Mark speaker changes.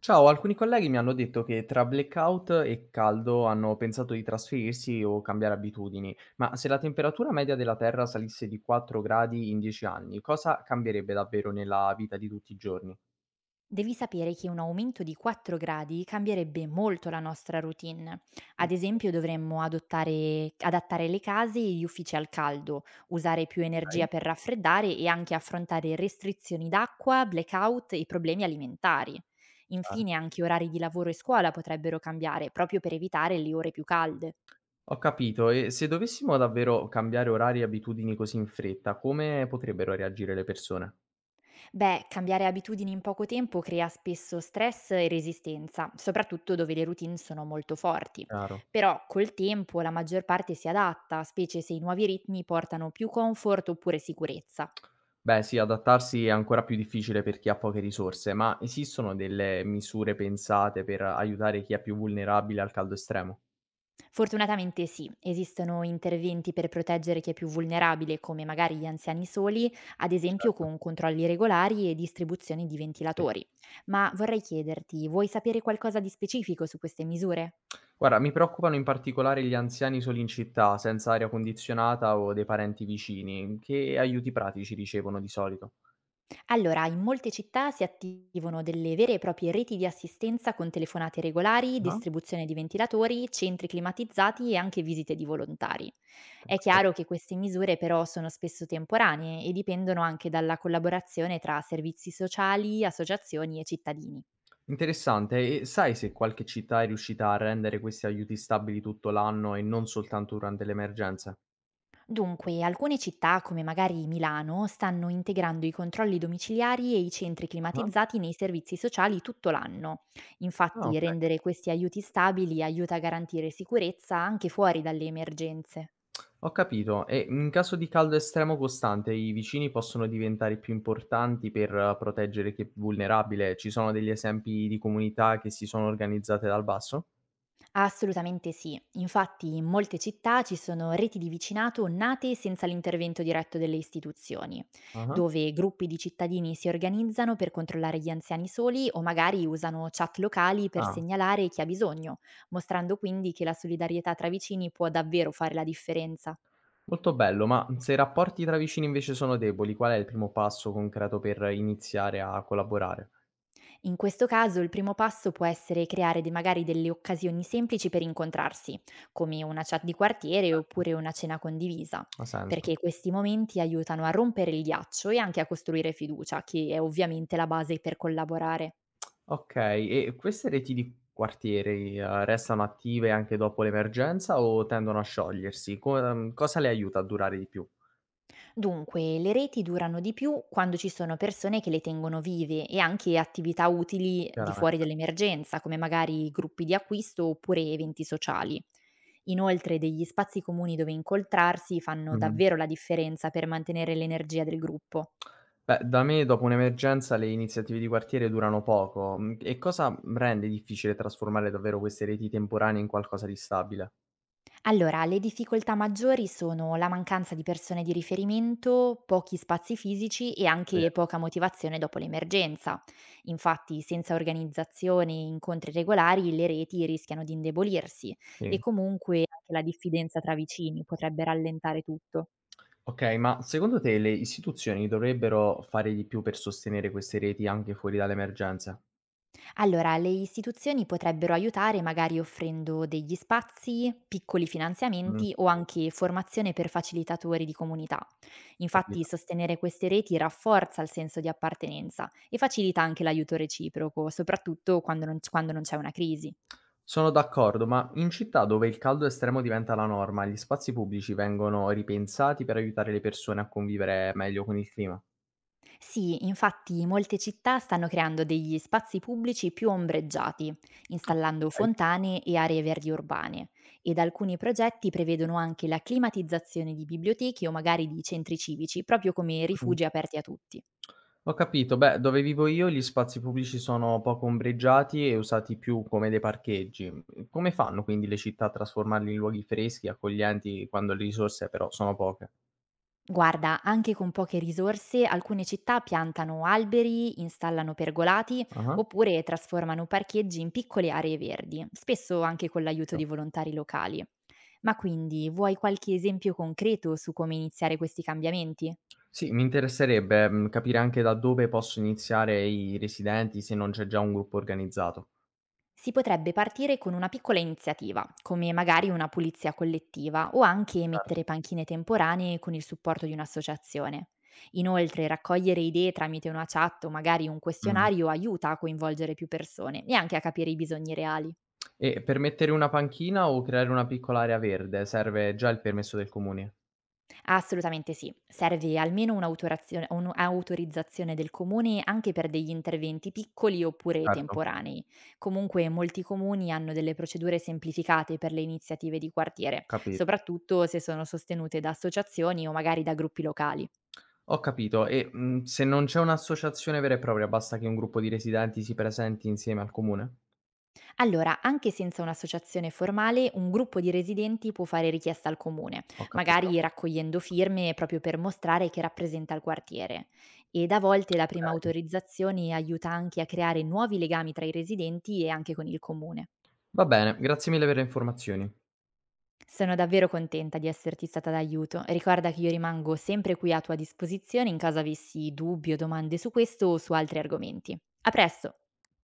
Speaker 1: Ciao, alcuni colleghi mi hanno detto che tra blackout e caldo hanno pensato di trasferirsi o cambiare abitudini, ma se la temperatura media della Terra salisse di 4 gradi in 10 anni, cosa cambierebbe davvero nella vita di tutti i giorni?
Speaker 2: Devi sapere che un aumento di 4 gradi cambierebbe molto la nostra routine.
Speaker 1: Ah,
Speaker 2: Ad
Speaker 1: sì,
Speaker 2: esempio, adattare le case e gli uffici al caldo, usare più
Speaker 1: ok,
Speaker 2: energia per raffreddare e anche affrontare restrizioni d'acqua, blackout e problemi alimentari. Infine,
Speaker 1: certo.
Speaker 2: anche orari di lavoro e scuola potrebbero cambiare, proprio per evitare le ore più calde.
Speaker 1: Ho capito, e se dovessimo davvero cambiare orari e abitudini così in fretta, come potrebbero reagire le persone?
Speaker 2: Beh, cambiare abitudini in poco tempo crea spesso stress e resistenza, soprattutto dove le routine sono molto forti.
Speaker 1: Chiaro.
Speaker 2: Però col tempo la maggior parte si adatta, specie se i nuovi ritmi portano più comfort oppure sicurezza.
Speaker 1: Beh sì, adattarsi è ancora più difficile per chi ha poche risorse, ma esistono delle misure pensate per aiutare chi è più vulnerabile al caldo estremo?
Speaker 2: Fortunatamente sì, esistono interventi per proteggere chi è più vulnerabile, come magari gli anziani soli, ad esempio
Speaker 1: Certo,
Speaker 2: con controlli regolari e distribuzioni di
Speaker 1: sì.
Speaker 2: ventilatori. Ma vorrei chiederti, vuoi sapere qualcosa di specifico su queste misure?
Speaker 1: Guarda, mi preoccupano in particolare gli anziani soli in città, senza aria condizionata o dei parenti vicini. Che aiuti pratici ricevono di solito?
Speaker 2: Allora, in molte città si attivano delle vere e proprie reti di assistenza con telefonate regolari,
Speaker 1: Ah,
Speaker 2: distribuzione di ventilatori, centri climatizzati e anche visite di volontari. È
Speaker 1: ok.
Speaker 2: chiaro che queste misure però sono spesso temporanee e dipendono anche dalla collaborazione tra servizi sociali, associazioni e cittadini.
Speaker 1: Interessante. E sai se qualche città è riuscita a rendere questi aiuti stabili tutto l'anno e non soltanto durante le emergenze?
Speaker 2: Dunque, alcune città, come magari Milano, stanno integrando i controlli domiciliari e i centri
Speaker 1: Ah,
Speaker 2: climatizzati nei servizi sociali tutto l'anno.
Speaker 1: ah,
Speaker 2: Infatti,
Speaker 1: ok.
Speaker 2: rendere questi aiuti stabili aiuta a garantire sicurezza anche fuori dalle emergenze.
Speaker 1: Ho capito. E in caso di caldo estremo costante, i vicini possono diventare più importanti per proteggere chi è più vulnerabile? Ci sono degli esempi di comunità che si sono organizzate dal basso?
Speaker 2: Assolutamente sì. Infatti in molte città ci sono reti di vicinato nate senza l'intervento diretto delle istituzioni,
Speaker 1: Ah-ah.
Speaker 2: dove gruppi di cittadini si organizzano per controllare gli anziani soli o magari usano chat locali per
Speaker 1: Ah,
Speaker 2: segnalare chi ha bisogno, mostrando quindi che la solidarietà tra vicini può davvero fare la differenza.
Speaker 1: molto bello, ma se i rapporti tra vicini invece sono deboli, qual è il primo passo concreto per iniziare a collaborare?
Speaker 2: In questo caso il primo passo può essere magari delle occasioni semplici per incontrarsi, come una chat di quartiere oppure una cena condivisa,
Speaker 1: Ha senso.
Speaker 2: perché questi momenti aiutano a rompere il ghiaccio e anche a costruire fiducia, che è ovviamente la base per collaborare.
Speaker 1: Ok, e queste reti di quartieri, restano attive anche dopo l'emergenza o tendono a sciogliersi? Co Cosa le aiuta a durare di più?
Speaker 2: Dunque, le reti durano di più quando ci sono persone che le tengono vive e anche attività utili di fuori
Speaker 1: Chiaramente.
Speaker 2: dell'emergenza, come magari gruppi di acquisto oppure eventi sociali. Inoltre, degli spazi comuni dove incontrarsi fanno
Speaker 1: Mh-mh.
Speaker 2: davvero la differenza per mantenere l'energia del gruppo.
Speaker 1: Beh, da me dopo un'emergenza le iniziative di quartiere durano poco. Mhmm, e cosa rende difficile trasformare davvero queste reti temporanee in qualcosa di stabile?
Speaker 2: Allora, le difficoltà maggiori sono la mancanza di persone di riferimento, pochi spazi fisici e anche
Speaker 1: Vero,
Speaker 2: poca motivazione dopo l'emergenza. Infatti, senza organizzazione e incontri regolari, le reti rischiano di indebolirsi e
Speaker 1: sì.
Speaker 2: comunque anche la diffidenza tra vicini potrebbe rallentare tutto.
Speaker 1: Okay, ma secondo te le istituzioni dovrebbero fare di più per sostenere queste reti anche fuori dalle emergenze?
Speaker 2: Allora, le istituzioni potrebbero aiutare magari offrendo degli spazi, piccoli
Speaker 1: Mh,
Speaker 2: finanziamenti o anche formazione per facilitatori di comunità. Infatti,
Speaker 1: capito.
Speaker 2: sostenere queste reti rafforza il senso di appartenenza e facilita anche l'aiuto reciproco, soprattutto quando non c'è una crisi.
Speaker 1: Sono d'accordo, ma in città dove il caldo estremo diventa la norma, gli spazi pubblici vengono ripensati per aiutare le persone a convivere meglio con il clima?
Speaker 2: Sì, infatti molte città stanno creando degli spazi pubblici più ombreggiati,
Speaker 1: Ah,
Speaker 2: installando
Speaker 1: okay.
Speaker 2: fontane e aree verdi urbane, ed alcuni progetti prevedono anche la climatizzazione di biblioteche o magari di centri civici, proprio come
Speaker 1: Mh.
Speaker 2: rifugi aperti a tutti.
Speaker 1: Ho capito. Beh, dove vivo io gli spazi pubblici sono poco ombreggiati e usati più come dei parcheggi. Mhmm, Come fanno quindi le città a trasformarli in luoghi freschi, accoglienti, quando le risorse però sono poche?
Speaker 2: Guarda, anche con poche risorse, alcune città piantano alberi, installano pergolati
Speaker 1: Ah-ah,
Speaker 2: oppure trasformano parcheggi in piccole aree verdi, spesso anche con l'aiuto di
Speaker 1: capito.
Speaker 2: volontari locali. Ma quindi vuoi qualche esempio concreto su come iniziare questi cambiamenti?
Speaker 1: Sì, mi interesserebbe, capire anche da dove possono iniziare i residenti se non c'è già un gruppo organizzato.
Speaker 2: Si potrebbe partire con una piccola iniziativa, come magari una pulizia collettiva o anche
Speaker 1: Certo.
Speaker 2: mettere panchine temporanee con il supporto di un'associazione. Inoltre, raccogliere idee tramite una chat o magari un
Speaker 1: Mh-mh.
Speaker 2: questionario aiuta a coinvolgere più persone e anche a capire i bisogni reali.
Speaker 1: E per mettere una panchina o creare una piccola area verde serve già il permesso del comune?
Speaker 2: Assolutamente sì. Serve almeno un'autorizzazione del comune anche per degli interventi piccoli oppure
Speaker 1: Certo,
Speaker 2: temporanei. Comunque molti comuni hanno delle procedure semplificate per le iniziative di quartiere,
Speaker 1: capi
Speaker 2: soprattutto se sono sostenute da associazioni o magari da gruppi locali.
Speaker 1: ho capito e, se non c'è un'associazione vera e propria, basta che un gruppo di residenti si presenti insieme al comune?
Speaker 2: Allora, anche senza un'associazione formale, un gruppo di residenti può fare richiesta al comune,
Speaker 1: Ho
Speaker 2: magari
Speaker 1: capito.
Speaker 2: raccogliendo firme proprio per mostrare che rappresenta il quartiere. Ed a volte la prima
Speaker 1: Okay.
Speaker 2: autorizzazione aiuta anche a creare nuovi legami tra i residenti e anche con il comune.
Speaker 1: Va bene, grazie mille per le informazioni.
Speaker 2: Sono davvero contenta di esserti stata d'aiuto. Ricorda che io rimango sempre qui a tua disposizione in caso avessi dubbi o domande su questo o su altri argomenti. A presto!